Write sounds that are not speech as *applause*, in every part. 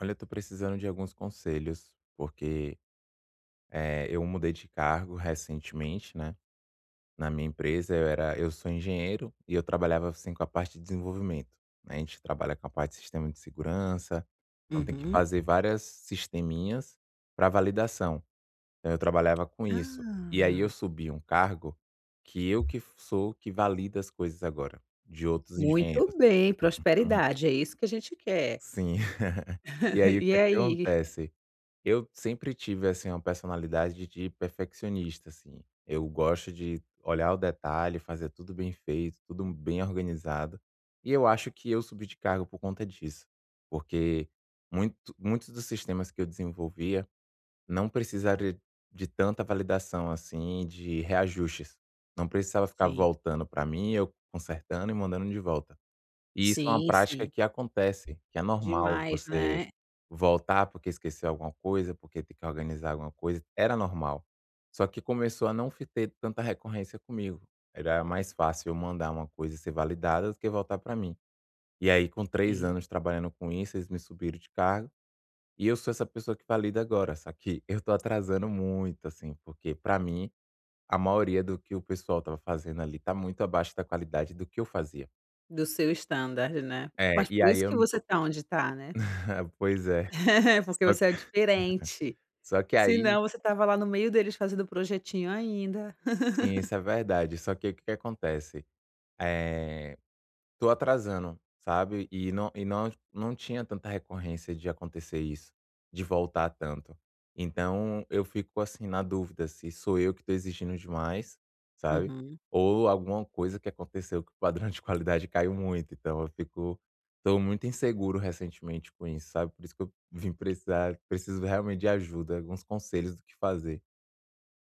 Olha, eu tô precisando de alguns conselhos, porque eu mudei de cargo recentemente, né? Na minha empresa, eu sou engenheiro e eu trabalhava assim com a parte de desenvolvimento. Né? A gente trabalha com a parte de sistema de segurança, então tem que Uhum. fazer várias sisteminhas para validação. Então eu trabalhava com isso. E aí eu Ah. subi um cargo que eu que sou que valida as coisas agora, de outros engenheiros. Muito bem, Uhum. prosperidade, é isso que a gente quer. Sim. *laughs* E *laughs* aí o que E aí? acontece? Eu sempre tive, assim, uma personalidade de perfeccionista, assim. Eu gosto de olhar o detalhe, fazer tudo bem feito, tudo bem organizado. E eu acho que eu subi de cargo por conta disso, porque muitos dos sistemas que eu desenvolvia não precisaria de tanta validação, assim, de reajustes. Não precisava ficar Sim. voltando para mim, eu consertando e mandando de volta. E isso é uma Sim, prática sim, que acontece, que é normal demais, você né. voltar porque esqueceu alguma coisa, porque tem que organizar alguma coisa, era normal. Só que começou a não fi ter tanta recorrência comigo. Era mais fácil eu mandar uma coisa e ser validada do que voltar para mim. E aí com três Sim, anos trabalhando com isso, eles me subiram de cargo, e eu sou essa pessoa que valida agora, só que *laughs* eu tô atrasando muito, assim, porque para mim, a maioria do que o pessoal estava fazendo ali tá muito abaixo da qualidade do que eu fazia. do seu standard, né. É, Mas e por aí isso eu que não você tô tá onde tá, né. *laughs* pois é. *laughs* Porque Só você é que diferente, só que aí senão você tava lá no meio deles fazendo projetinho ainda. sim, isso é verdade. Só que o que que acontece? é Tô atrasando, sabe, não tinha tanta recorrência de acontecer isso, de voltar tanto. Então eu fico, assim, na dúvida se sou eu que tô exigindo demais, sabe, *laughs* ou alguma coisa que aconteceu que o padrão de qualidade caiu muito. Então eu fico Tô muito inseguro recentemente com isso, sabe, por isso que eu vim precisar preciso realmente de ajuda, alguns conselhos do que fazer.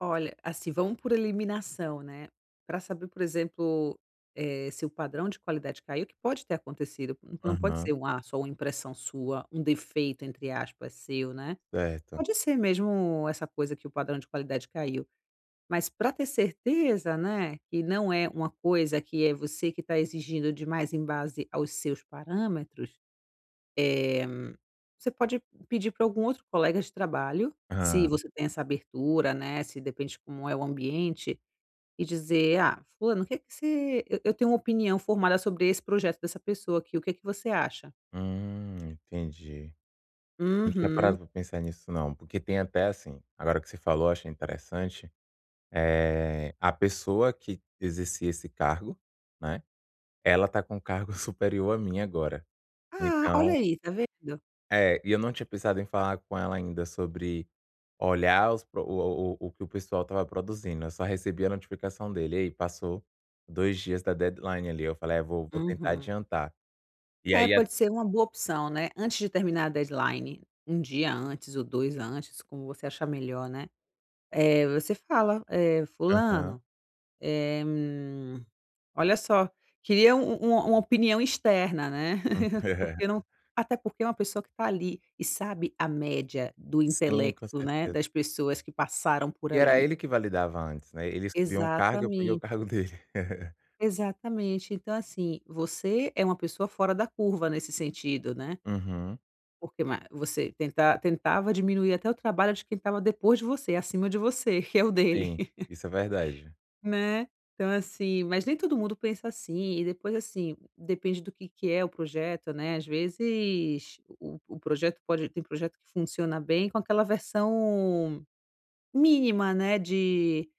Olha, assim, vamos por eliminação, né. Para saber, por exemplo, se o padrão de qualidade caiu, que pode ter acontecido, não pode Aham, ser um só uma impressão sua, um defeito, entre aspas, seu, né. certo. Pode ser mesmo essa coisa que o padrão de qualidade caiu, mas para ter certeza, né, que não é uma coisa que é você que está exigindo demais em base aos seus parâmetros, você pode pedir para algum outro colega de trabalho, se você tem essa abertura, né, se depende como é o ambiente e dizer: "Ah, fulano, o que é que você eu tenho uma opinião formada sobre esse projeto dessa pessoa aqui, o que é que você acha?". Entendi. Eu não tinha "Uhum. parado para pensar nisso não, porque tem até assim, agora que você falou, achei interessante, é a pessoa que exercia esse cargo, né, ela tá com um cargo *laughs* superior a mim agora. Ah, olha Então aí, tá vendo? é, e eu não tinha pensado em falar com ela ainda sobre olhar os pro o que o pessoal estava produzindo, eu só recebi a notificação dele: "Ei, passou 2 dias da deadline ali", eu falei: "É, vou tentar Uhum". adiantar". E É, aí a pode ser uma boa opção, né, antes de terminar a deadline, um dia antes ou 2 antes, como você achar melhor, né. É você fala: "Eh, aham. fulano, eh, hum, olha só, queria um uma opinião externa, né". Porque não, *laughs* até porque é uma pessoa que está ali e sabe a média do Sim, com intelecto, né, certeza. das pessoas que passaram por E era ali. ele que validava antes, né, ele subiu um cargo, eu peguei o Exatamente, cargo dele. *laughs* exatamente. Então, assim, você é uma pessoa fora da curva nesse sentido, né, Uhum, porque ma você tentava diminuir até o trabalho de quem estava depois de você, acima de você, *laughs* que é o dele. sim, isso é verdade. Né. Então assim, mas nem todo mundo pensa assim, e depois assim, depende do que é o projeto, né. Às vezes o projeto pode, tem projeto que funciona bem com aquela versão mínima, né, de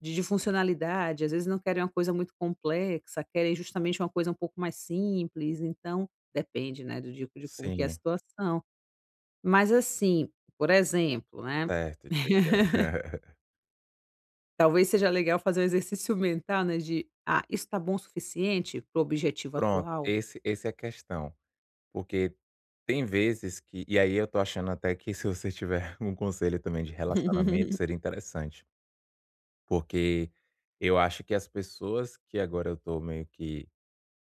de funcionalidade, às vezes não querem uma coisa muito complexa, querem justamente uma coisa um pouco mais simples, então depende, né, do tipo, de como que é a Sim, situação. Mas assim, por exemplo, né. certo. *laughs* *laughs* Talvez seja legal fazer um exercício mental, né, de: "Ah, isso tá bom o suficiente pro objetivo Pronto, atual?". esse é a questão, porque tem vezes que e aí eu tô achando até que se você tiver *laughs* um conselho também de relacionamento *laughs* seria interessante, porque eu acho que as pessoas que agora eu tô meio que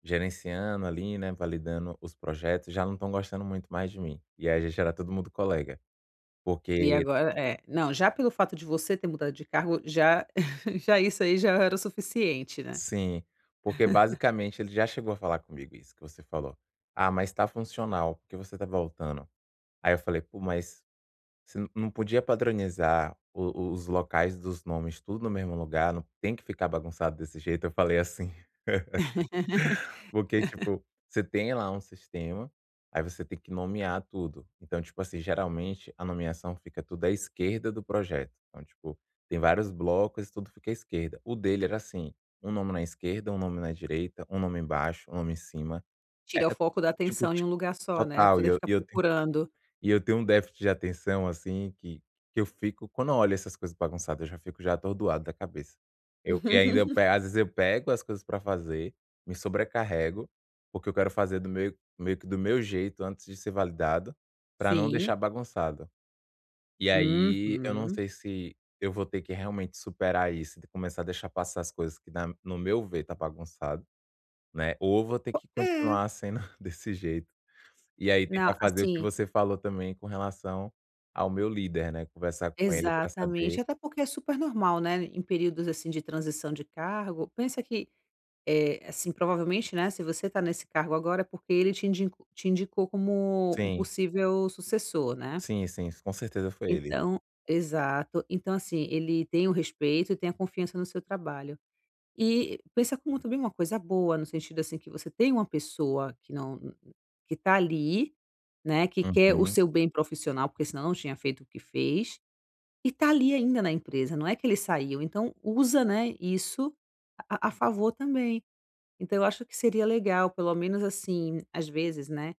gerenciando ali, né, validando os projetos, já não estão gostando muito mais de mim, e aí a era todo mundo colega, E porque agora é, não, já pelo fato de você ter mudado de cargo, já *laughs* já isso aí já era o suficiente, né. sim, porque basicamente ele já chegou a falar comigo isso que você falou: "Ah, mas tá funcional, porque você tá voltando?". Aí eu falei: "Pô, mas você não podia padronizar os locais dos nomes tudo no mesmo lugar? Não tem que ficar bagunçado desse jeito", eu falei assim. *laughs* Porque, tipo, você tem lá um sistema, aí você tem que nomear tudo. Então, tipo assim, geralmente a nomeação fica tudo à esquerda do projeto. Então, tipo, tem vários blocos e tudo fica à esquerda. O dele era assim: um nome na esquerda, um nome na direita, um nome embaixo, um nome em cima. É, Tira o foco da tipo, atenção em ti um lugar só, né, a total. pessoa E tem que eu ficar e eu procurando. e eu tenho um déficit de atenção, assim, que eu fico quando eu olho essas coisas bagunçadas, eu já fico já atordoado da cabeça. Eu e ainda eu pe *laughs* Às vezes eu pego as coisas para fazer, me sobrecarrego, porque eu quero fazer do meu jeito antes de ser validado, para não deixar Sim. bagunçado. E aí, eu não Uhum. sei se eu vou ter que realmente superar isso, de começar a deixar passar as coisas que na no meu ver tá bagunçado, né, ou eu vou ter que É. continuar sendo *laughs* desse jeito. E aí tentar Não, fazer o que assim, você falou também com relação ao meu líder, né, conversar com ele para saber exatamente, até porque é super normal, né, em períodos, assim, de transição de cargo, pensa que assim, provavelmente, né, se você está nesse cargo agora é porque ele te indicou como um sim, possível sucessor, né. Sim, com certeza foi ele. Então exato. Então, assim, ele tem o respeito e tem a confiança no seu trabalho. E pensa como também uma coisa boa, no sentido, assim, que você tem uma pessoa que não, que tá ali, né, que quer o Uhum, seu bem profissional, porque senão não tinha feito o que fez, e tá ali ainda na empresa, não é que ele saiu. Então usa, né, isso a favor também. Então eu acho que seria legal, pelo menos assim, às vezes, né,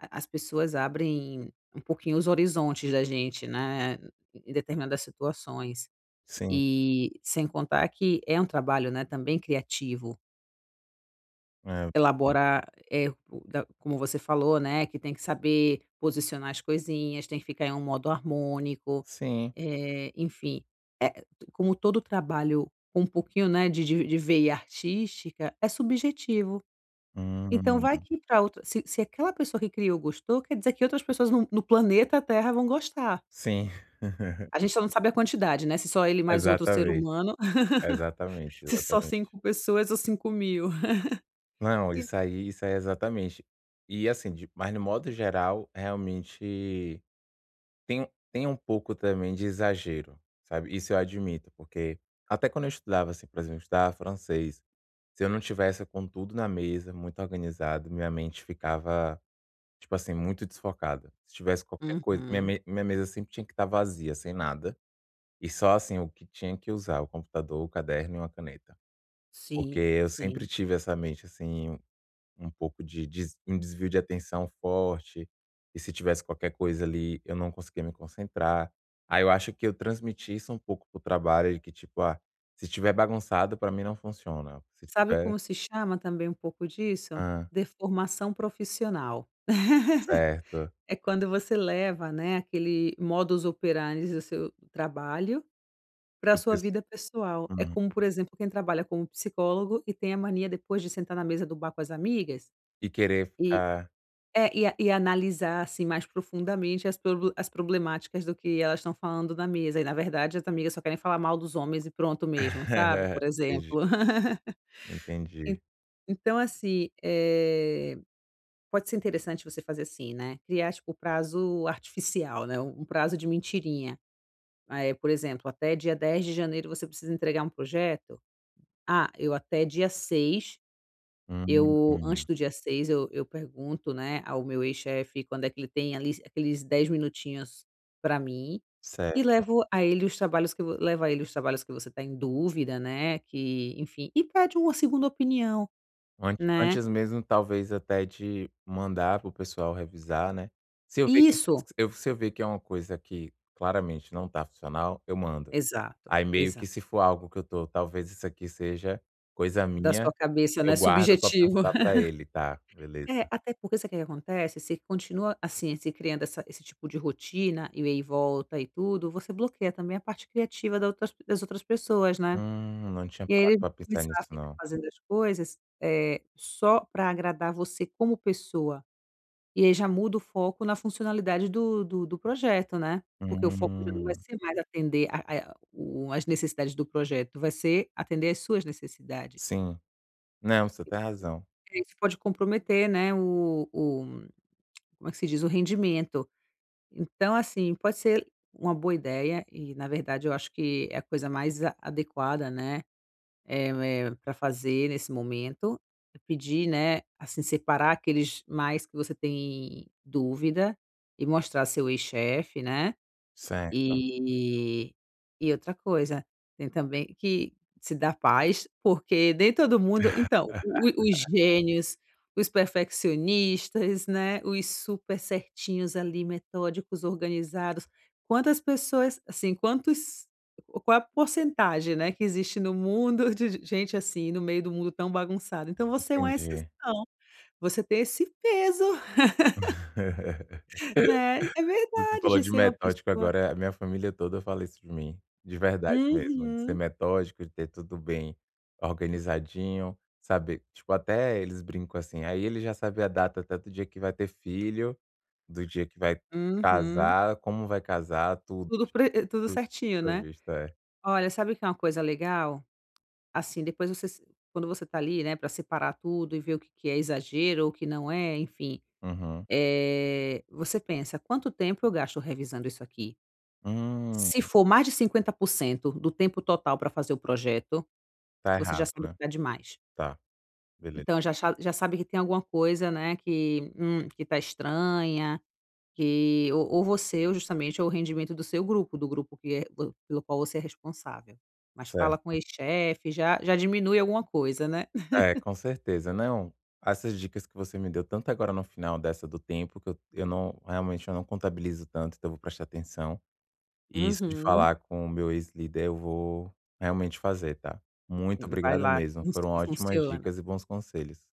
a as pessoas abrem um pouquinho os horizontes da gente, né, em determinadas situações. sim, E sem contar que é um trabalho, né, também criativo, é verdade. elaborar, é o da, como você falou, né, que tem que saber posicionar as coisinhas, tem que ficar em um modo harmônico, Sim, enfim, como todo trabalho com um pouquinho, né, de de veia artística, é subjetivo. Então vai hum, que para outra, se se aquela pessoa que criou gostou, quer dizer que outras pessoas no planeta Terra vão gostar. sim. A *laughs* gente só não sabe a quantidade, né, se só ele mais outro ser Exatamente, humano, *laughs* se só exatamente. cinco pessoas ou 5.000. Não, E isso aí é exatamente. E assim, de mas No modo geral, realmente tem tem um pouco também de exagero, sabe, isso eu admito, porque até quando eu estudava, assim, por exemplo, eu estudava francês. Se eu não tivesse com tudo na mesa, muito organizado, minha mente ficava, tipo assim, muito desfocada. Se tivesse qualquer coisa Uhum. Minha mesa sempre tinha que estar vazia, sem nada, e só, assim, o que tinha que usar, o computador, o caderno e uma caneta. Porque Sim, eu sempre sim. tive essa mente, assim, um pouco de des um desvio de atenção forte, e se tivesse qualquer coisa ali, eu não conseguia me concentrar. Aí eu acho que eu transmiti isso um pouco pro trabalho de que tipo: "Ah, se tiver bagunçado pra mim não funciona, se Sabe tiver". como se chama também um pouco disso? Deformação profissional. *laughs* Certo. É quando você leva, né, aquele modus operandi do seu trabalho para a Do sua pes vida pessoal. É uhum. como, por exemplo, quem trabalha como psicólogo e tem a mania depois de sentar na mesa do bar com as amigas E querer e ficar é, e a e analisar, assim, mais profundamente as proble as problemáticas do que elas estão falando na mesa e, na verdade, as amigas só querem falar mal dos homens e pronto mesmo, *laughs* sabe, por entendi, exemplo. *laughs* En entendi. então, assim, pode ser interessante você fazer assim, né, criar, tipo, prazo artificial, né, um prazo de mentirinha. É, por exemplo, até dia 10 de janeiro você precisa entregar um projeto. Ah, eu até dia 6. Hum, Eu antes hum, do dia 6 eu pergunto, né, ao meu ex-chefe quando é que ele tem ali aqueles 10 minutinhos para mim, e certo. levo a ele os trabalhos que eu levo a ele os trabalhos que você está em dúvida, né, que enfim, e pede uma segunda opinião, né. Antes mesmo talvez até de mandar para o pessoal revisar, né. Se eu ver que for Isso, eu se eu ver que é uma coisa que claramente não tá funcional, eu mando. exato, Aí meio que exato. se for algo que eu tô: "Talvez isso aqui seja coisa Da sua minha", cabeça, eu né, guardo pra subjetivo. perguntar pra ele. Tá, beleza. É, até porque sabe o que que acontece? Se continua, assim, se criando essa esse tipo de rotina, e aí volta e tudo, você bloqueia também a parte criativa da outras das outras pessoas, né. Não tinha E aí eles parado pra vão pensar começar a nisso ficar não. fazendo as coisas, só para agradar você como pessoa, e aí já muda o foco na funcionalidade do do projeto, né. Porque o foco já não vai Hum, ser mais atender a o as necessidades do projeto, vai ser atender às suas necessidades. sim. Não, você tem razão. Isso pode comprometer, né, o como é que se diz? O rendimento. Então, assim, pode ser uma boa ideia e, na verdade, eu acho que é a coisa mais adequada, né, é, para fazer nesse momento. É pedir, né, assim, separar aqueles mais que você tem dúvida e mostrar seu ex-chefe, né, Certo, e e outra coisa, tem também que se dar paz, porque nem todo mundo então, o os gênios, os perfeccionistas, né, os super certinhos ali, metódicos, organizados, quantas pessoas assim, quantos qual é a porcentagem, né, que existe no mundo de gente assim, no meio do mundo tão bagunçado. Então você é uma entendi. exceção, você tem esse peso, *laughs* né, é Você verdade, falou de de ser uma metódico pessoa. agora, a minha família toda fala isso de mim, de verdade mesmo, de ser Uhum, metódico, de ter tudo bem organizadinho, sabe, tipo, até eles brincam assim: "Aí ele já sabe a data até do dia que vai ter filho, do dia que vai uhum. casar, como vai casar, tudo, Tudo tipo, pre tudo tudo certinho, né. previsto". É. Olha, sabe o que é uma coisa legal? Assim, depois você se quando você tá ali, né, para separar tudo e ver o que que é exagero ou o que não é, enfim, Uhum. é você pensa: "Quanto tempo eu gasto revisando isso aqui?". Hum, Se for mais de 50% do tempo total para fazer o projeto, tá você já errado, sabe né. que tá demais. Tá, beleza. Então já sabe que tem alguma coisa, né, que tá estranha. Que ou você ou justamente ou o rendimento do seu grupo, do grupo que é vo pelo qual você é responsável. Mas fala com o Certo. ex-chefe, já já diminui alguma coisa, né. *laughs* É, com certeza. Não, essas dicas que você me deu, tanto agora no final dessa do tempo, que eu não realmente eu não contabilizo tanto, então eu vou prestar atenção. E isso de Uhum. falar com o meu ex-líder, eu vou realmente fazer, tá. Muito Vai obrigado lá que mesmo, func foram que ótimas funciona. dicas e bons conselhos.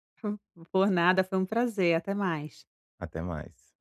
Por nada, foi um prazer, até mais. Até mais.